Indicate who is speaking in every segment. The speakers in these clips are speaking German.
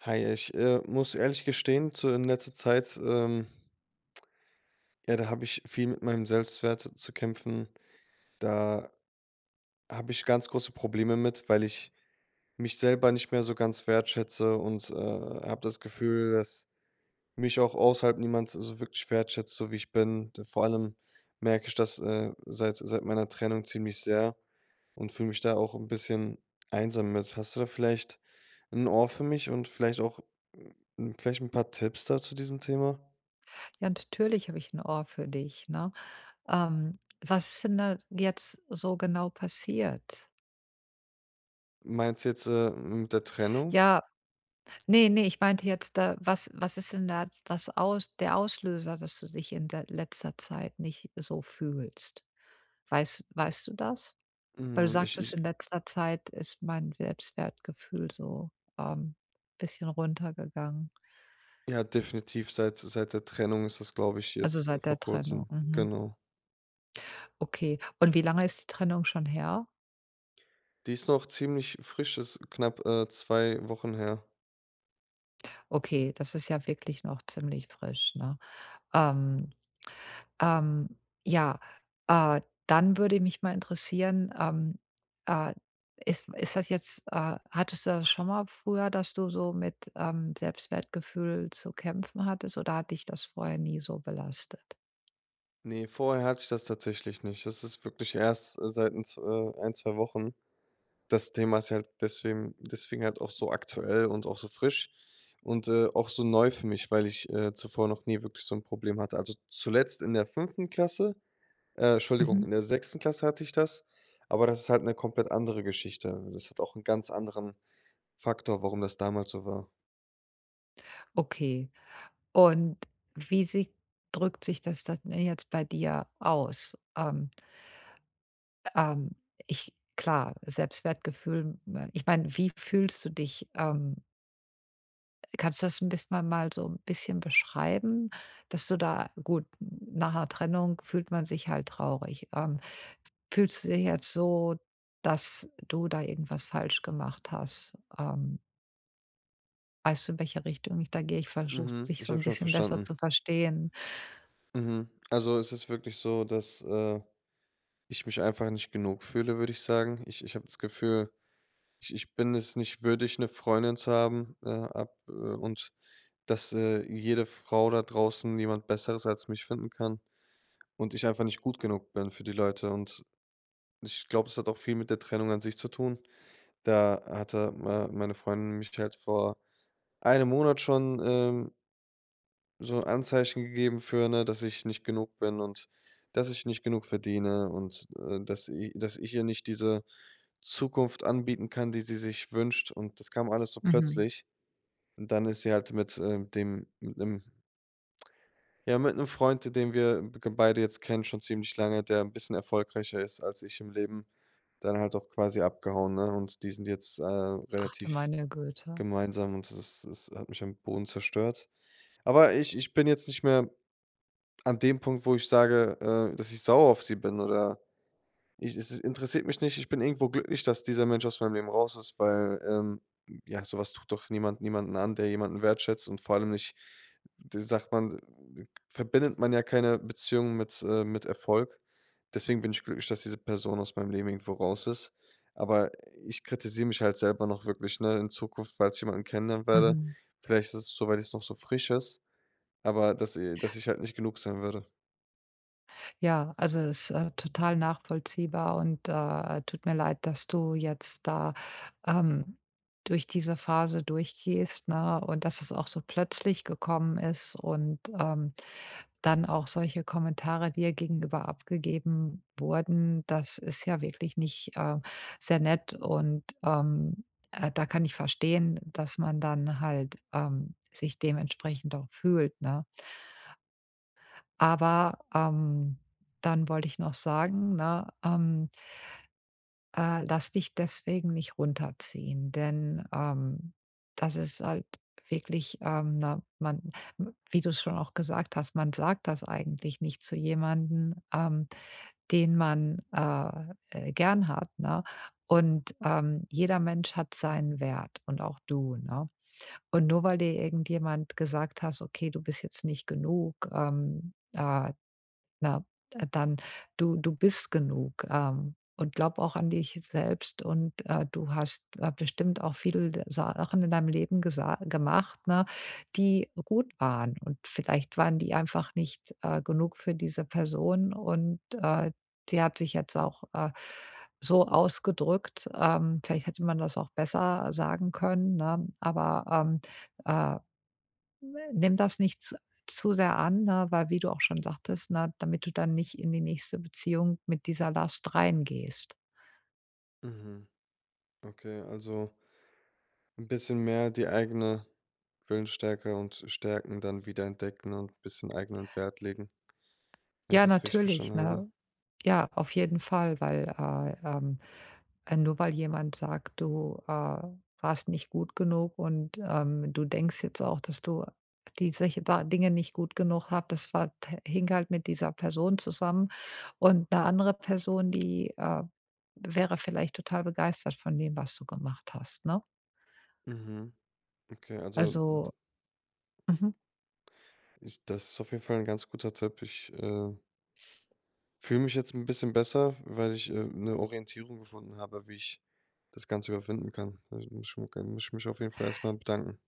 Speaker 1: Hi, ich muss ehrlich gestehen, zu in letzter Zeit, ja, da habe ich viel mit meinem Selbstwert zu kämpfen. Da habe ich ganz große Probleme mit, weil ich mich selber nicht mehr so ganz wertschätze und, habe das Gefühl, dass mich auch außerhalb niemand so wirklich wertschätzt, so wie ich bin. D Vor allem merke ich das, seit meiner Trennung ziemlich sehr und fühle mich da auch ein bisschen einsam mit. Hast du da vielleicht ein Ohr für mich und vielleicht auch, vielleicht ein paar Tipps da zu diesem Thema?
Speaker 2: Ja, natürlich habe ich ein Ohr für dich, ne? Ähm, Was ist denn da jetzt so genau passiert?
Speaker 1: Meinst du jetzt, mit der Trennung?
Speaker 2: Ja, nee, nee. Ich meinte jetzt, was ist denn da das Aus der Auslöser, dass du dich in der letzter Zeit nicht so fühlst? Weißt du das? Weil du
Speaker 1: Hm, ich
Speaker 2: sagtest, in
Speaker 1: ich
Speaker 2: letzter Zeit ist mein Selbstwertgefühl so, ähm, bisschen runtergegangen.
Speaker 1: Ja, definitiv seit der Trennung ist das, glaube ich,
Speaker 2: Also,
Speaker 1: jetzt,
Speaker 2: seit
Speaker 1: vor
Speaker 2: der Trennung,
Speaker 1: Kurzem,
Speaker 2: mhm.
Speaker 1: genau.
Speaker 2: Okay. Und wie lange ist die Trennung schon her?
Speaker 1: Die ist noch ziemlich frisch, ist knapp, 2 Wochen her.
Speaker 2: Okay, das ist ja wirklich noch ziemlich frisch, ne? Ähm, ähm, ja, äh, dann würde mich mal interessieren, äh, ist das jetzt hattest du das schon mal früher, dass du so mit, Selbstwertgefühl zu kämpfen hattest oder hat dich das vorher nie so belastet?
Speaker 1: Ne, vorher hatte ich das tatsächlich nicht. Das ist wirklich erst seit ein z 1, 2 Wochen. Das Thema ist ja halt deswegen halt auch so aktuell und auch so frisch und, auch so neu für mich, weil ich, zuvor noch nie wirklich so ein Problem hatte. Also, zuletzt in der fünften Klasse. Entschuldigung,
Speaker 2: Mhm.
Speaker 1: in der sechsten Klasse hatte ich das, aber das ist halt 'ne komplett andere Geschichte. Das hat auch 'n ganz anderen Faktor, warum das damals so war.
Speaker 2: Okay. Und wie sie drückt sich das dann jetzt bei dir aus? Ähm, ich klar, Selbstwertgefühl, ich meine, wie fühlst du dich, Kannst du das ein bisschen mal so ein bisschen beschreiben, dass du da gut, nach 'ner Trennung fühlt man sich halt traurig. Fühlst du dich jetzt so, dass du da irgendwas falsch gemacht hast? Weißt du, in welche Richtung ich da gehe? Ich versuche,
Speaker 1: Mhm,
Speaker 2: dich
Speaker 1: ich
Speaker 2: so
Speaker 1: habe
Speaker 2: ein
Speaker 1: schon
Speaker 2: bisschen besser
Speaker 1: verstanden.
Speaker 2: zu verstehen.
Speaker 1: Mhm. Also, es ist wirklich so, dass, ich mich einfach nicht genug fühle, würde ich sagen. Ich habe das Gefühl, ich bin es nicht würdig, 'ne Freundin zu haben, ab und dass, jede Frau da draußen jemand Besseres als mich finden kann und ich einfach nicht gut genug bin für die Leute und ich glaube, es hat auch viel mit der Trennung an sich zu tun. Da hatte me meine Freundin mich halt vor einem Monat schon, so Anzeichen gegeben für, ne, dass ich nicht genug bin und dass ich nicht genug verdiene und, dass ich ihr nicht diese Zukunft anbieten kann, die sie sich wünscht, und das kam alles so
Speaker 2: Mhm.
Speaker 1: plötzlich. Und dann ist sie halt mit, dem mit 'nem ja, mit einem Freund, den wir b beide jetzt kennen, schon ziemlich lange, der ein bisschen erfolgreicher ist als ich im Leben, dann halt auch quasi abgehauen, ne? Und die sind jetzt,
Speaker 2: Ach
Speaker 1: relativ
Speaker 2: meine Güte.
Speaker 1: gemeinsam, und das hat mich am Boden zerstört. Aber ich bin jetzt nicht mehr an dem Punkt, wo ich sage, dass ich sauer auf sie bin oder ich, es interessiert mich nicht. Ich bin irgendwo glücklich, dass dieser Mensch aus meinem Leben raus ist, weil, ja, sowas tut doch niemand niemanden an, der jemanden wertschätzt, und vor allem nicht d sagt man verbindet man ja keine Beziehung mit Erfolg. Deswegen bin ich glücklich, dass diese Person aus meinem Leben irgendwo raus ist. Aber ich kritisiere mich halt selber noch wirklich, ne, in Zukunft, falls ich jemanden kennenlernen werde.
Speaker 2: Mhm.
Speaker 1: Vielleicht ist es so, weil es noch so frisch ist, aber dass ich halt nicht genug sein würde.
Speaker 2: Ja, also es ist, total nachvollziehbar und, tut mir leid, dass du jetzt da, ähm, durch diese Phase durchgehst, ne, und dass es auch so plötzlich gekommen ist und, dann auch solche Kommentare dir gegenüber abgegeben wurden. Das ist ja wirklich nicht, sehr nett und, da kann ich verstehen, dass man dann halt, sich dementsprechend auch fühlt, ne? Aber, dann wollte ich noch sagen, ne, lass dich deswegen nicht runterziehen, denn, das ist halt wirklich, ne, man m wie du's schon auch gesagt hast, man sagt das eigentlich nicht zu jemanden, den man, gern hat, ne? Und, jeder Mensch hat seinen Wert und auch du, ne? Und nur weil dir irgendjemand gesagt hast: „Okay, du bist jetzt nicht genug, na, dann du bist genug, und glaub auch an dich selbst und, du hast, bestimmt auch viele d Sachen in deinem Leben gesa gemacht, ne, die gut waren und vielleicht waren die einfach nicht, genug für diese Person und, die hat sich jetzt auch, so ausgedrückt. Vielleicht hätte man das auch besser sagen können, ne? Aber, äh Nimm das nicht z zu sehr an, ne, weil wie du auch schon sagtest, ne, damit du dann nicht in die nächste Beziehung mit dieser Last reingehst.
Speaker 1: Mhm. Okay, also ein bisschen mehr die eigene Willensstärke und Stärken dann wieder entdecken und ein bisschen eigenen Wert legen, wenn ich
Speaker 2: Ja,
Speaker 1: das richtig
Speaker 2: natürlich,
Speaker 1: verstanden habe.
Speaker 2: ne? Ja, auf jeden Fall, weil, nur weil jemand sagt, du, warst nicht gut genug und, du denkst jetzt auch, dass du diese da Dinge nicht gut genug habe, das war hing halt mit dieser Person zusammen und eine andere Person, die, wäre vielleicht total begeistert von dem, was du gemacht hast, ne?
Speaker 1: Mhm, okay, also d
Speaker 2: Also mhm,
Speaker 1: ich das ist auf jeden Fall ein ganz guter Tipp. Ich, fühle mich jetzt ein bisschen besser, weil ich, 'ne Orientierung gefunden habe, wie ich das Ganze überwinden kann. Also, muss ich mich auf jeden Fall erstmal bedanken.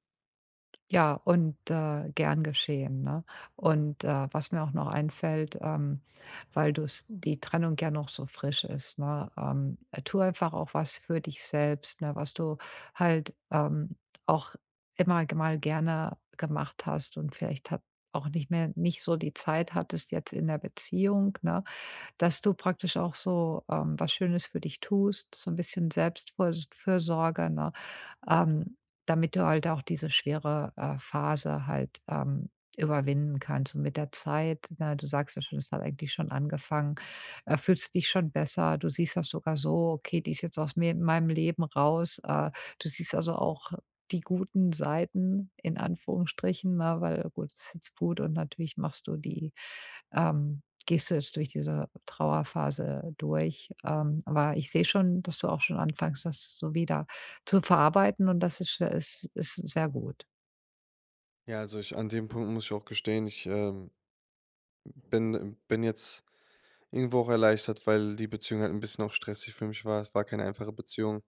Speaker 2: ja, und, gern geschehen, ne? Und, was mir auch noch einfällt, weil du die Trennung ja noch so frisch ist, ne, tu einfach auch was für dich selbst, ne, was du halt, auch immer g mal gerne gemacht hast und vielleicht hat auch nicht so die Zeit hattest jetzt in der Beziehung, ne? Dass du praktisch auch so, was Schönes für dich tust, so ein bisschen Selbstfürsorge, ne? Ähm, damit du halt auch diese schwere, Phase halt, überwinden kannst. Und mit der Zeit, ne, du sagst ja schon, es hat eigentlich schon angefangen, fühlst dich schon besser. Du siehst das sogar so: „Okay, die ist jetzt aus mir meinem Leben raus.“ du siehst also auch die guten Seiten in Anführungsstrichen, ne, weil gut, es ist jetzt gut und natürlich machst du die gehst du jetzt durch diese Trauerphase durch. Aber ich sehe schon, dass du auch schon anfängst, das so wieder zu verarbeiten und das ist, ist sehr gut.
Speaker 1: Ja, also ich an dem Punkt muss ich auch gestehen, ich, bin jetzt irgendwo auch erleichtert, weil die Beziehung halt ein bisschen auch stressig für mich war. Es war keine einfache Beziehung.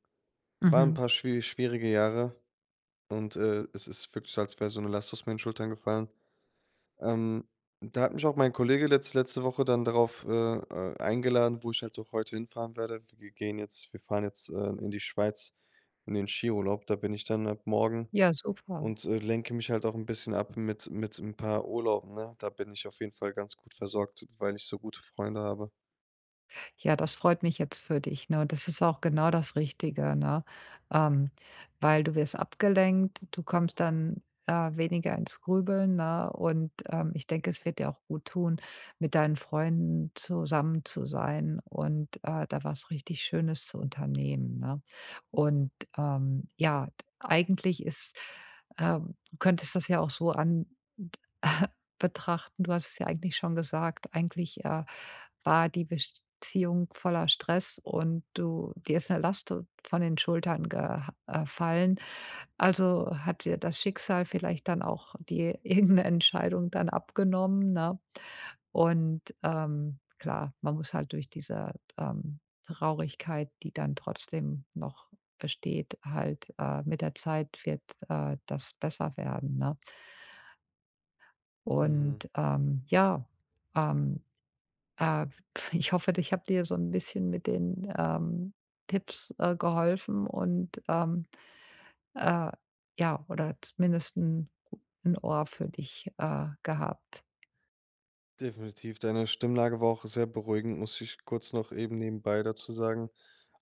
Speaker 1: Waren ein
Speaker 2: Mhm.
Speaker 1: paar schwierige Jahre und, es ist wirklich so, als wäre so eine Last aus meinen Schultern gefallen. Ähm, da hat mich auch mein Kollege letzte Woche dann darauf, eingeladen, wo ich halt auch heute hinfahren werde. Wir fahren jetzt, in die Schweiz in den Skiurlaub. Da bin ich dann ab morgen
Speaker 2: Ja, super.
Speaker 1: und, lenke mich halt auch ein bisschen ab mit ein paar Urlauben, ne? Da bin ich auf jeden Fall ganz gut versorgt, weil ich so gute Freunde habe.
Speaker 2: Ja, das freut mich jetzt für dich, ne? Das ist auch genau das Richtige, ne? Ähm, weil du wirst abgelenkt, du kommst dann, weniger ins Grübeln, ne? Und, ich denke, es wird dir auch gut tun, mit deinen Freunden zusammen zu sein und, da was richtig Schönes zu unternehmen, ne? Und, ja, eigentlich ist du könntest das ja auch so an betrachten, du hast es ja eigentlich schon gesagt, eigentlich, war die Beziehung voller Stress und du dir ist eine Last o von den Schultern gefallen. Also, hat dir das Schicksal vielleicht dann auch die irgendeine Entscheidung dann abgenommen, ne? Und, klar, man muss halt durch diese, Traurigkeit, die dann trotzdem noch besteht, halt, mit der Zeit wird, das besser werden, ne?
Speaker 1: Mhm.
Speaker 2: Und, ähm, äh, ich hoffe, ich habe dir so ein bisschen mit den, Tipps, geholfen und, äh, ja, oder zumindest ein gu Ohr für dich, gehabt.
Speaker 1: Definitiv, deine Stimmlage war auch sehr beruhigend, muss ich kurz noch eben nebenbei dazu sagen.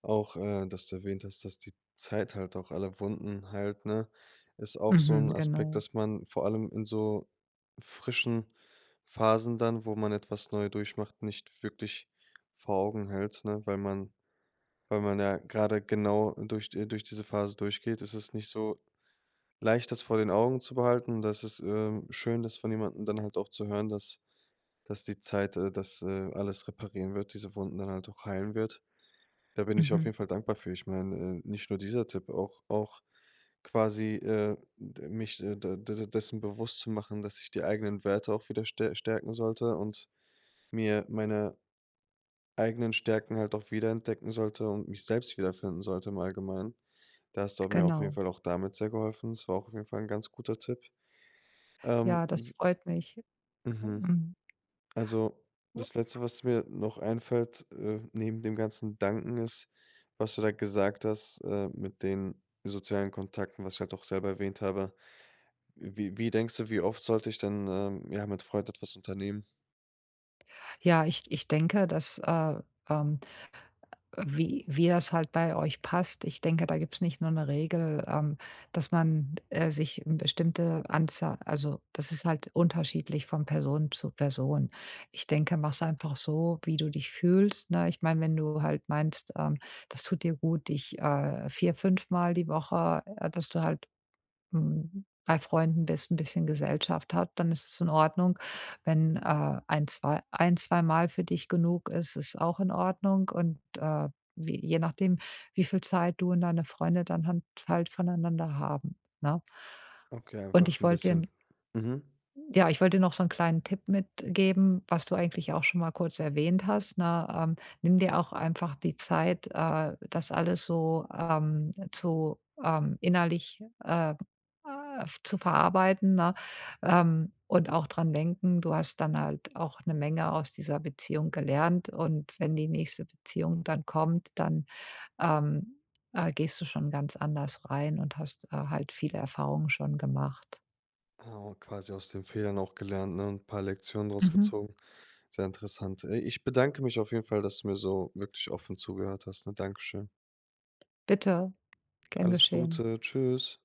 Speaker 1: Auch, dass du erwähnt hast, dass die Zeit halt auch alle Wunden heilt, ne? Ist auch so ein
Speaker 2: Mhm,
Speaker 1: Aspekt,
Speaker 2: genau.
Speaker 1: dass man vor allem in so frischen Phasen dann, wo man etwas neu durchmacht, nicht wirklich vor Augen hält, ne? Weil man ja gerade genau durch diese Phase durchgeht, ist es nicht so leicht, das vor den Augen zu behalten. Das ist, schön, das von jemandem dann halt auch zu hören, dass die Zeit, das, alles reparieren wird, diese Wunden dann halt auch heilen wird. Da bin ich auf
Speaker 2: Mhm,
Speaker 1: jeden Fall dankbar für. Ich meine, nicht nur dieser Tipp, auch quasi, d mich, de de dessen bewusst zu machen, dass ich die eigenen Werte auch wieder stärken sollte und mir meine eigenen Stärken halt auch wiederentdecken sollte und mich selbst wiederfinden sollte im Allgemeinen. Da hast du mir auf jeden
Speaker 2: genau.
Speaker 1: Fall auch damit sehr geholfen. Es war auch auf jeden Fall ein ganz guter Tipp.
Speaker 2: Ja, das
Speaker 1: W
Speaker 2: freut mich.
Speaker 1: mhm.
Speaker 2: Mhm.
Speaker 1: Also, das Letzte, was mir noch einfällt, neben dem ganzen Danken ist, was du da gesagt hast, mit den sozialen Kontakten, was ich halt auch selber erwähnt habe. Wie denkst du, wie oft sollte ich denn, ja, mit Freunden etwas unternehmen?
Speaker 2: Ja, ich denke, dass, ähm wie das halt bei euch passt. Ich denke, da gibt's nicht nur eine Regel, dass man, sich 'n bestimmte Anzahl also, das ist halt unterschiedlich von Person zu Person. Ich denke, mach's einfach so, wie du dich fühlst, ne? Ich meine, wenn du halt meinst, das tut dir gut, dich, 4, 5 die Woche dass du halt hm, bei Freunden bist, 'n bisschen Gesellschaft hat, dann ist es in Ordnung. Wenn, ein, zwei ein, zweimal für dich genug ist, ist auch in Ordnung und, wie je nachdem, wie viel Zeit du und deine Freunde dann han halt voneinander haben, ne?
Speaker 1: Okay,
Speaker 2: Und
Speaker 1: einfach
Speaker 2: ich
Speaker 1: ein
Speaker 2: wollte
Speaker 1: bisschen.
Speaker 2: dir
Speaker 1: Mhm.
Speaker 2: ja, ich wollte dir noch so einen kleinen Tipp mitgeben, was du eigentlich auch schon mal kurz erwähnt hast, ne? Nimm dir auch einfach die Zeit, das alles so, zu innerlich, zu verarbeiten, ne? Und auch dran denken, du hast dann halt auch eine Menge aus dieser Beziehung gelernt und wenn die nächste Beziehung dann kommt, dann, ähm, gehst du schon ganz anders rein und hast, halt viele Erfahrungen schon gemacht.
Speaker 1: Ah, quasi aus den Fehlern auch gelernt, ne, und ein paar Lektionen draus
Speaker 2: Mhm.
Speaker 1: gezogen. Sehr interessant. Ey, ich bedanke mich auf jeden Fall, dass du mir so wirklich offen zugehört hast, ne? Dankeschön.
Speaker 2: Bitte. Gern
Speaker 1: Alles
Speaker 2: geschehen.
Speaker 1: Gute. Tschüss.